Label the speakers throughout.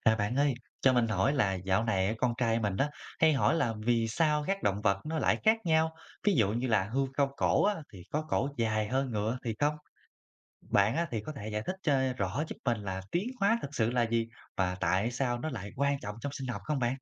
Speaker 1: À, bạn ơi, cho mình hỏi là dạo này con trai mình đó hay hỏi là vì sao các động vật nó lại khác nhau? Ví dụ như là hươu cao cổ á, thì có cổ dài hơn ngựa thì không? Bạn á, thì có thể giải thích cho rõ giúp mình là tiến hóa thực sự là gì và tại sao nó lại quan trọng trong sinh học không bạn?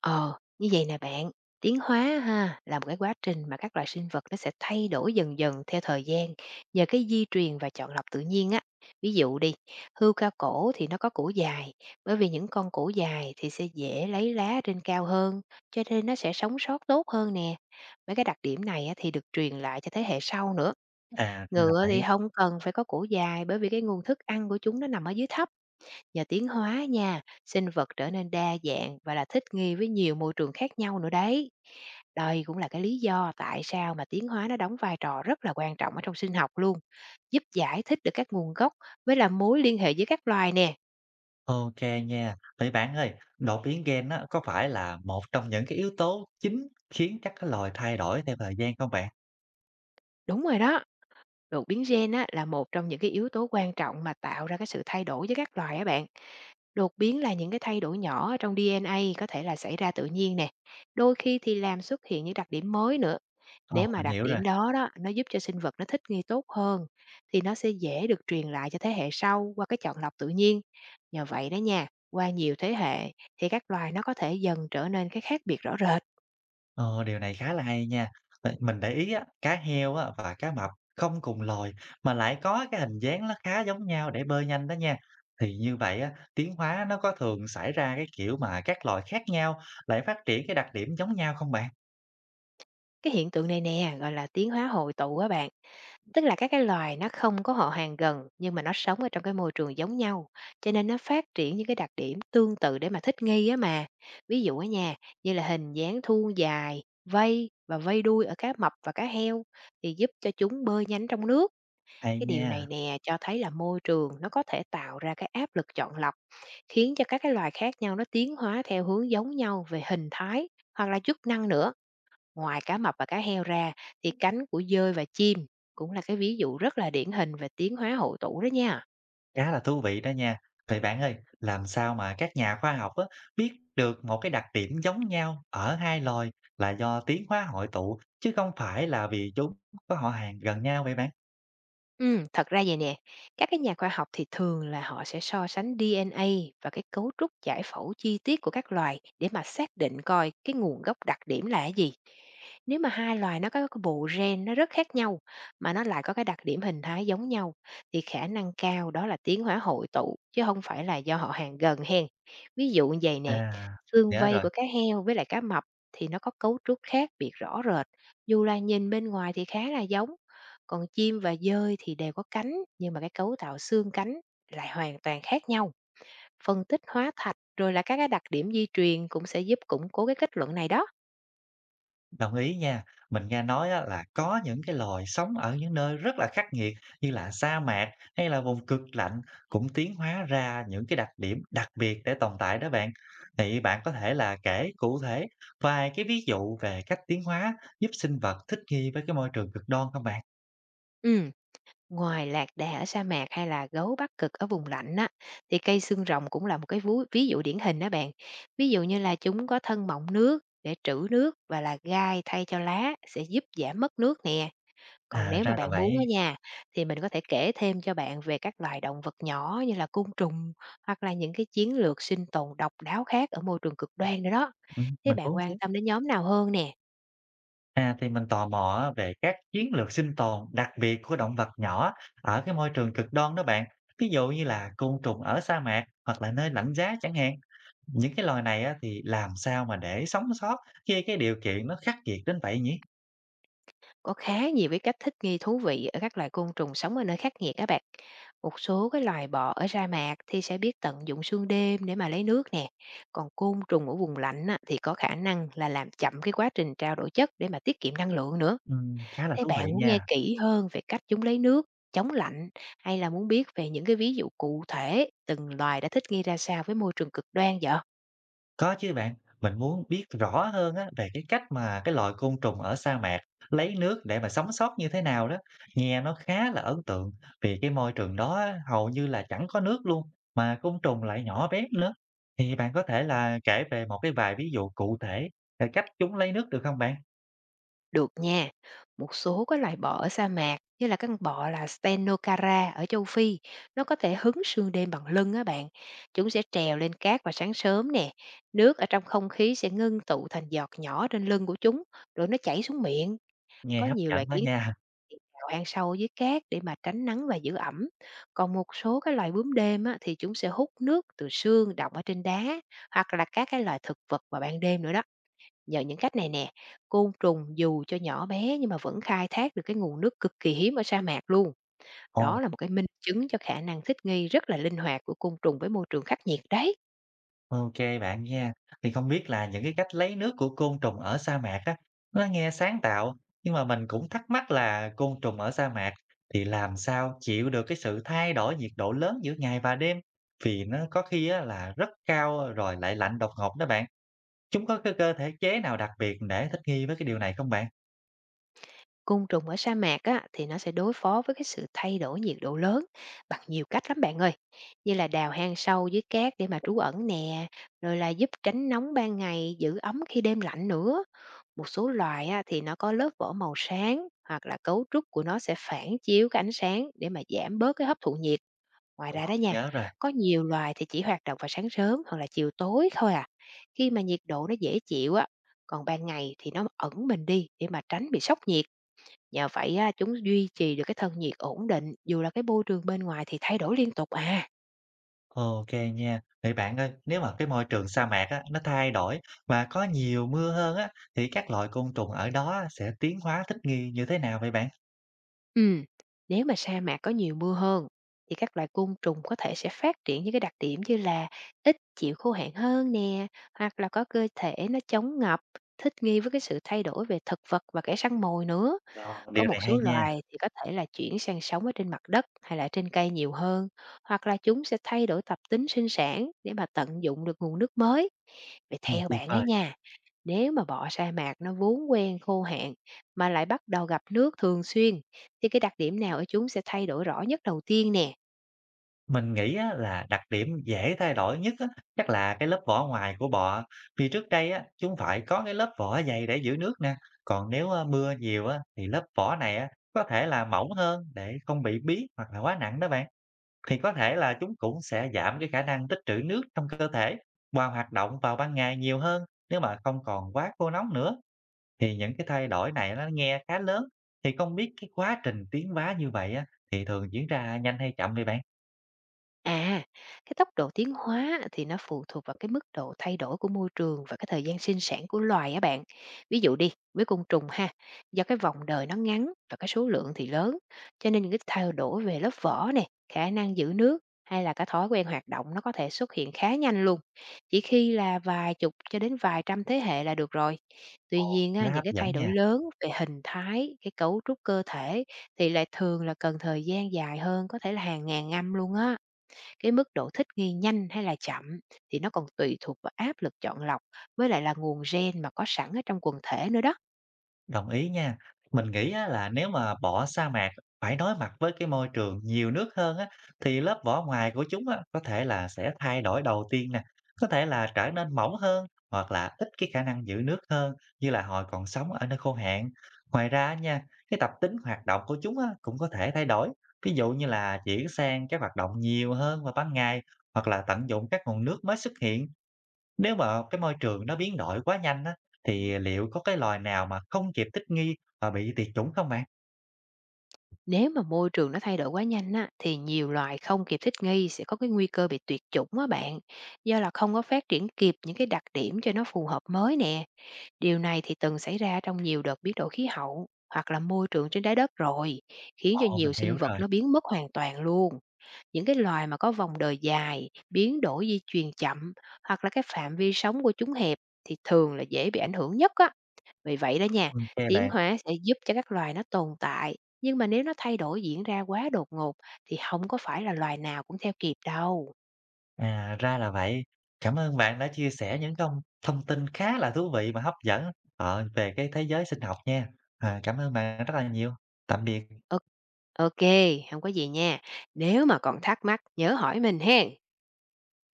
Speaker 2: Ờ, như vậy nè bạn, tiến hóa ha là một cái quá trình mà các loài sinh vật nó sẽ thay đổi dần dần theo thời gian nhờ cái di truyền và chọn lọc tự nhiên á. Ví dụ đi, hươu cao cổ thì nó có cổ dài, bởi vì những con cổ dài thì sẽ dễ lấy lá trên cao hơn, cho nên nó sẽ sống sót tốt hơn nè. Mấy cái đặc điểm này á, thì được truyền lại cho thế hệ sau nữa.
Speaker 1: À, ra là
Speaker 2: Ngựa thì
Speaker 1: vậy.
Speaker 2: không cần phải có cổ dài bởi vì cái nguồn thức ăn của chúng nó nằm ở dưới thấp. Nhờ tiến hóa nha, sinh vật trở nên đa dạng và là thích nghi với nhiều môi trường khác nhau nữa đấy. Đây cũng là cái lý do tại sao mà tiến hóa nó đóng vai trò rất là quan trọng ở trong sinh học luôn, giúp giải thích được các nguồn gốc với là mối liên hệ giữa các loài nè.
Speaker 1: Ok nha. Vậy bạn ơi, đột biến gen á, có phải là một trong những cái yếu tố chính khiến các cái loài thay đổi theo thời gian không bạn?
Speaker 2: Đúng rồi đó, đột biến gen á, là một trong những cái yếu tố quan trọng mà tạo ra cái sự thay đổi với các loài á bạn. Đột biến là những cái thay đổi nhỏ ở trong DNA, có thể là xảy ra tự nhiên nè. Đôi khi thì làm xuất hiện những đặc điểm mới nữa.
Speaker 1: Ồ,
Speaker 2: Nếu mà
Speaker 1: mình
Speaker 2: đặc
Speaker 1: hiểu rồi.
Speaker 2: điểm đó đó, nó giúp cho sinh vật nó thích nghi tốt hơn thì nó sẽ dễ được truyền lại cho thế hệ sau qua cái chọn lọc tự nhiên. Nhờ vậy đó nha, qua nhiều thế hệ thì các loài nó có thể dần trở nên cái khác biệt rõ rệt.
Speaker 1: Ờ, điều này khá là hay nha. Tại mình để ý á, cá heo á và cá mập không cùng loài mà lại có cái hình dáng nó khá giống nhau để bơi nhanh đó nha. Thì như vậy á, tiến hóa nó có thường xảy ra cái kiểu mà các loài khác nhau lại phát triển cái đặc điểm giống nhau không bạn?
Speaker 2: Cái hiện tượng này nè gọi là tiến hóa hội tụ á bạn. Tức là các cái loài nó không có họ hàng gần, nhưng mà nó sống ở trong cái môi trường giống nhau, cho nên nó phát triển những cái đặc điểm tương tự để mà thích nghi á mà. Ví dụ ở nhà như là hình dáng thun dài, vây và vây đuôi ở cá mập và cá heo thì giúp cho chúng bơi nhanh trong nước.
Speaker 1: Hay
Speaker 2: Cái điều
Speaker 1: nha,
Speaker 2: này nè cho thấy là môi trường nó có thể tạo ra cái áp lực chọn lọc, khiến cho các cái loài khác nhau nó tiến hóa theo hướng giống nhau về hình thái hoặc là chức năng nữa. Ngoài cá mập và cá heo ra thì cánh của dơi và chim cũng là cái ví dụ rất là điển hình về tiến hóa hội tụ đó nha.
Speaker 1: khá là thú vị đó nha. Vậy bạn ơi, làm sao mà các nhà khoa học á, biết được một cái đặc điểm giống nhau ở hai loài là do tiến hóa hội tụ chứ không phải là vì chúng có họ hàng gần nhau vậy bạn?
Speaker 2: Thật ra vậy nè, các cái nhà khoa học thì thường là họ sẽ so sánh DNA và cái cấu trúc giải phẫu chi tiết của các loài để mà xác định coi cái nguồn gốc đặc điểm là cái gì. Nếu mà hai loài nó có cái bộ gen nó rất khác nhau, mà nó lại có cái đặc điểm hình thái giống nhau, thì khả năng cao đó là tiến hóa hội tụ, chứ không phải là do họ hàng gần hen. Ví dụ như vầy nè,
Speaker 1: À,
Speaker 2: xương
Speaker 1: nhớ
Speaker 2: vây
Speaker 1: rồi.
Speaker 2: của cá heo với lại cá mập thì nó có cấu trúc khác biệt rõ rệt, dù là nhìn bên ngoài thì khá là giống, còn chim và dơi thì đều có cánh, nhưng mà cái cấu tạo xương cánh lại hoàn toàn khác nhau. Phân tích hóa thạch rồi là các cái đặc điểm di truyền cũng sẽ giúp củng cố cái kết luận này đó.
Speaker 1: Đồng ý nha. Mình nghe nói á, là có những cái loài sống ở những nơi rất là khắc nghiệt như là sa mạc hay là vùng cực lạnh cũng tiến hóa ra những cái đặc điểm đặc biệt để tồn tại đó bạn. Thì bạn có thể là kể cụ thể vài cái ví dụ về cách tiến hóa giúp sinh vật thích nghi với cái môi trường cực đoan không bạn?
Speaker 2: Ừ. Ngoài lạc đà ở sa mạc hay là gấu Bắc Cực ở vùng lạnh á, thì cây xương rồng cũng là một cái ví dụ điển hình đó bạn. Ví dụ như là chúng có thân mọng nước để trữ nước và là gai thay cho lá sẽ giúp giảm mất nước nè. Còn
Speaker 1: À
Speaker 2: nếu mà
Speaker 1: ra là
Speaker 2: bạn muốn á
Speaker 1: vậy.
Speaker 2: nha, thì mình có thể kể thêm cho bạn về các loài động vật nhỏ như là côn trùng, hoặc là những cái chiến lược sinh tồn độc đáo khác ở môi trường cực đoan nữa đó.
Speaker 1: Ừ,
Speaker 2: Thế
Speaker 1: mình
Speaker 2: bạn
Speaker 1: muốn chứ.
Speaker 2: quan tâm đến nhóm nào hơn nè?
Speaker 1: À, thì mình tò mò á về các chiến lược sinh tồn đặc biệt của động vật nhỏ ở cái môi trường cực đoan đó bạn. Ví dụ như là côn trùng ở sa mạc hoặc là nơi lạnh giá chẳng hạn. Những cái loài này á, thì làm sao mà để sống sót khi cái điều kiện nó khắc nghiệt đến vậy nhỉ?
Speaker 2: Có khá nhiều cái cách thích nghi thú vị ở các loài côn trùng sống ở nơi khắc nghiệt các bạn. Một số cái loài bọ ở sa mạc thì sẽ biết tận dụng sương đêm để mà lấy nước nè. Còn côn trùng ở vùng lạnh á, thì có khả năng là làm chậm cái quá trình trao đổi chất để mà tiết kiệm năng lượng nữa.
Speaker 1: Khá là
Speaker 2: Thế
Speaker 1: thú
Speaker 2: bạn
Speaker 1: vị
Speaker 2: muốn nghe
Speaker 1: nha.
Speaker 2: kỹ hơn về cách chúng lấy nước, chống lạnh, hay là muốn biết về những cái ví dụ cụ thể từng loài đã thích nghi ra sao với môi trường cực đoan vậy?
Speaker 1: Có chứ bạn, mình muốn biết rõ hơn á về cái cách mà cái loài côn trùng ở sa mạc lấy nước để mà sống sót như thế nào đó. Nghe nó khá là ấn tượng vì cái môi trường đó á, hầu như là chẳng có nước luôn mà côn trùng lại nhỏ bé nữa. Thì bạn có thể là kể về một cái vài ví dụ cụ thể về cách chúng lấy nước được không bạn?
Speaker 2: Được nha. Một số cái loài bọ ở sa mạc như là con bọ là Stenocara ở châu Phi, nó có thể hứng sương đêm bằng lưng á bạn. Chúng sẽ trèo lên cát vào sáng sớm nè. Nước ở trong không khí sẽ ngưng tụ thành giọt nhỏ trên lưng của chúng, rồi nó chảy xuống miệng.
Speaker 1: Nghe
Speaker 2: Có
Speaker 1: hấp
Speaker 2: nhiều loài
Speaker 1: dẫn đó nha.
Speaker 2: thì đào hang sâu ở dưới cát để mà tránh nắng và giữ ẩm. Còn một số cái loài bướm đêm á, thì chúng sẽ hút nước từ sương đọng ở trên đá hoặc là các cái loài thực vật vào ban đêm nữa đó. Nhờ những cách này nè, côn trùng dù cho nhỏ bé nhưng mà vẫn khai thác được cái nguồn nước cực kỳ hiếm ở sa mạc luôn.
Speaker 1: Ồ.
Speaker 2: Đó là một cái minh chứng cho khả năng thích nghi rất là linh hoạt của côn trùng với môi trường khắc nghiệt đấy.
Speaker 1: OK bạn nha. Thì không biết là những cái cách lấy nước của côn trùng ở sa mạc á, nó nghe sáng tạo, nhưng mà mình cũng thắc mắc là côn trùng ở sa mạc thì làm sao chịu được cái sự thay đổi nhiệt độ lớn giữa ngày và đêm? Vì nó có khi á, là rất cao rồi lại lạnh đột ngột đó bạn. Chúng có cái cơ thể chế nào đặc biệt để thích nghi với cái điều này không bạn?
Speaker 2: Côn trùng ở sa mạc á, thì nó sẽ đối phó với cái sự thay đổi nhiệt độ lớn bằng nhiều cách lắm bạn ơi. Như là đào hang sâu dưới cát để mà trú ẩn nè, rồi là giúp tránh nóng ban ngày, giữ ấm khi đêm lạnh nữa. Một số loài á, thì nó có lớp vỏ màu sáng hoặc là cấu trúc của nó sẽ phản chiếu cái ánh sáng để mà giảm bớt cái hấp thụ nhiệt. Ngoài
Speaker 1: Mình
Speaker 2: ra đó nha,
Speaker 1: nhớ rồi.
Speaker 2: có nhiều loài thì chỉ hoạt động vào sáng sớm hoặc là chiều tối thôi à. Khi mà nhiệt độ nó dễ chịu á, còn ban ngày thì nó ẩn mình đi để mà tránh bị sốc nhiệt. Nhờ vậy á, chúng duy trì được cái thân nhiệt ổn định dù là cái môi trường bên ngoài thì thay đổi liên tục à.
Speaker 1: OK nha. Vậy bạn ơi, nếu mà cái môi trường sa mạc á, nó thay đổi và có nhiều mưa hơn á, thì các loại côn trùng ở đó á, sẽ tiến hóa thích nghi như thế nào vậy bạn?
Speaker 2: Ừm, Nếu mà sa mạc có nhiều mưa hơn thì các loài côn trùng có thể sẽ phát triển những cái đặc điểm như là ít chịu khô hạn hơn nè, hoặc là có cơ thể nó chống ngập, thích nghi với cái sự thay đổi về thực vật và kẻ săn mồi nữa.
Speaker 1: Đó,
Speaker 2: Có
Speaker 1: điều
Speaker 2: một
Speaker 1: này hay
Speaker 2: số
Speaker 1: nha,
Speaker 2: loài thì có thể là chuyển sang sống ở trên mặt đất hay là trên cây nhiều hơn, hoặc là chúng sẽ thay đổi tập tính sinh sản để mà tận dụng được nguồn nước mới. Vậy theo
Speaker 1: tuyệt
Speaker 2: bạn á
Speaker 1: vời.
Speaker 2: nha, nếu mà bọ sa mạc nó vốn quen khô hạn mà lại bắt đầu gặp nước thường xuyên thì cái đặc điểm nào ở chúng sẽ thay đổi rõ nhất đầu tiên nè?
Speaker 1: Mình nghĩ á, là đặc điểm dễ thay đổi nhất á, chắc là cái lớp vỏ ngoài của bọ. Vì trước đây á, chúng phải có cái lớp vỏ dày để giữ nước nè. Còn nếu mưa nhiều á, thì lớp vỏ này á, có thể là mỏng hơn để không bị bí hoặc là quá nặng đó bạn. Thì có thể là chúng cũng sẽ giảm cái khả năng tích trữ nước trong cơ thể và hoạt động vào ban ngày nhiều hơn nếu mà không còn quá khô nóng nữa. Thì những cái thay đổi này nó nghe khá lớn. Thì không biết cái quá trình tiến hóa như vậy á, thì thường diễn ra nhanh hay chậm vậy bạn?
Speaker 2: À, cái tốc độ tiến hóa thì nó phụ thuộc vào cái mức độ thay đổi của môi trường và cái thời gian sinh sản của loài á bạn. Ví dụ đi, với côn trùng ha, do cái vòng đời nó ngắn và cái số lượng thì lớn, cho nên những cái thay đổi về lớp vỏ nè, khả năng giữ nước hay là cái thói quen hoạt động nó có thể xuất hiện khá nhanh luôn. Chỉ khi là vài chục cho đến vài trăm thế hệ là được rồi.
Speaker 1: Ồ,
Speaker 2: Tuy nhiên á,
Speaker 1: khá hấp
Speaker 2: những cái
Speaker 1: dẫn
Speaker 2: thay đổi
Speaker 1: nha.
Speaker 2: lớn về hình thái, cái cấu trúc cơ thể thì lại thường là cần thời gian dài hơn, có thể là hàng ngàn năm luôn á. Cái mức độ thích nghi nhanh hay là chậm thì nó còn tùy thuộc vào áp lực chọn lọc với lại là nguồn gen mà có sẵn ở trong quần thể nữa đó.
Speaker 1: Đồng ý nha. Mình nghĩ á, là nếu mà bỏ sa mạc phải đối mặt với cái môi trường nhiều nước hơn á, thì lớp vỏ ngoài của chúng á, có thể là sẽ thay đổi đầu tiên nè, có thể là trở nên mỏng hơn hoặc là ít cái khả năng giữ nước hơn như là hồi còn sống ở nơi khô hạn. Ngoài ra á nha, cái tập tính hoạt động của chúng á, cũng có thể thay đổi. Ví dụ như là chuyển sang các hoạt động nhiều hơn vào ban ngày hoặc là tận dụng các nguồn nước mới xuất hiện nếu mà cái môi trường nó biến đổi quá nhanh á, thì liệu có cái loài nào mà không kịp thích nghi và bị tuyệt chủng không bạn?
Speaker 2: Nếu mà môi trường nó thay đổi quá nhanh á, thì nhiều loài không kịp thích nghi sẽ có cái nguy cơ bị tuyệt chủng á bạn. Do là không có phát triển kịp những cái đặc điểm cho nó phù hợp mới nè. Điều này thì từng xảy ra trong nhiều đợt biến đổi khí hậu hoặc là môi trường trên trái đất rồi, khiến cho
Speaker 1: Ồ, mình
Speaker 2: nhiều sinh
Speaker 1: hiểu
Speaker 2: vật
Speaker 1: rồi.
Speaker 2: nó biến mất hoàn toàn luôn. Những cái loài mà có vòng đời dài, biến đổi di truyền chậm hoặc là cái phạm vi sống của chúng hẹp thì thường là dễ bị ảnh hưởng nhất á. Vì vậy đó nha,
Speaker 1: Ok
Speaker 2: tiến
Speaker 1: bạn.
Speaker 2: hóa sẽ giúp cho các loài nó tồn tại, nhưng mà nếu nó thay đổi diễn ra quá đột ngột thì không có phải là loài nào cũng theo kịp đâu.
Speaker 1: À, ra là vậy. Cảm ơn bạn đã chia sẻ những thông thông tin khá là thú vị và hấp dẫn, về cái thế giới sinh học nha. À, cảm ơn bạn rất là nhiều. Tạm biệt.
Speaker 2: Ok, không có gì nha. Nếu mà còn thắc mắc nhớ hỏi mình hen.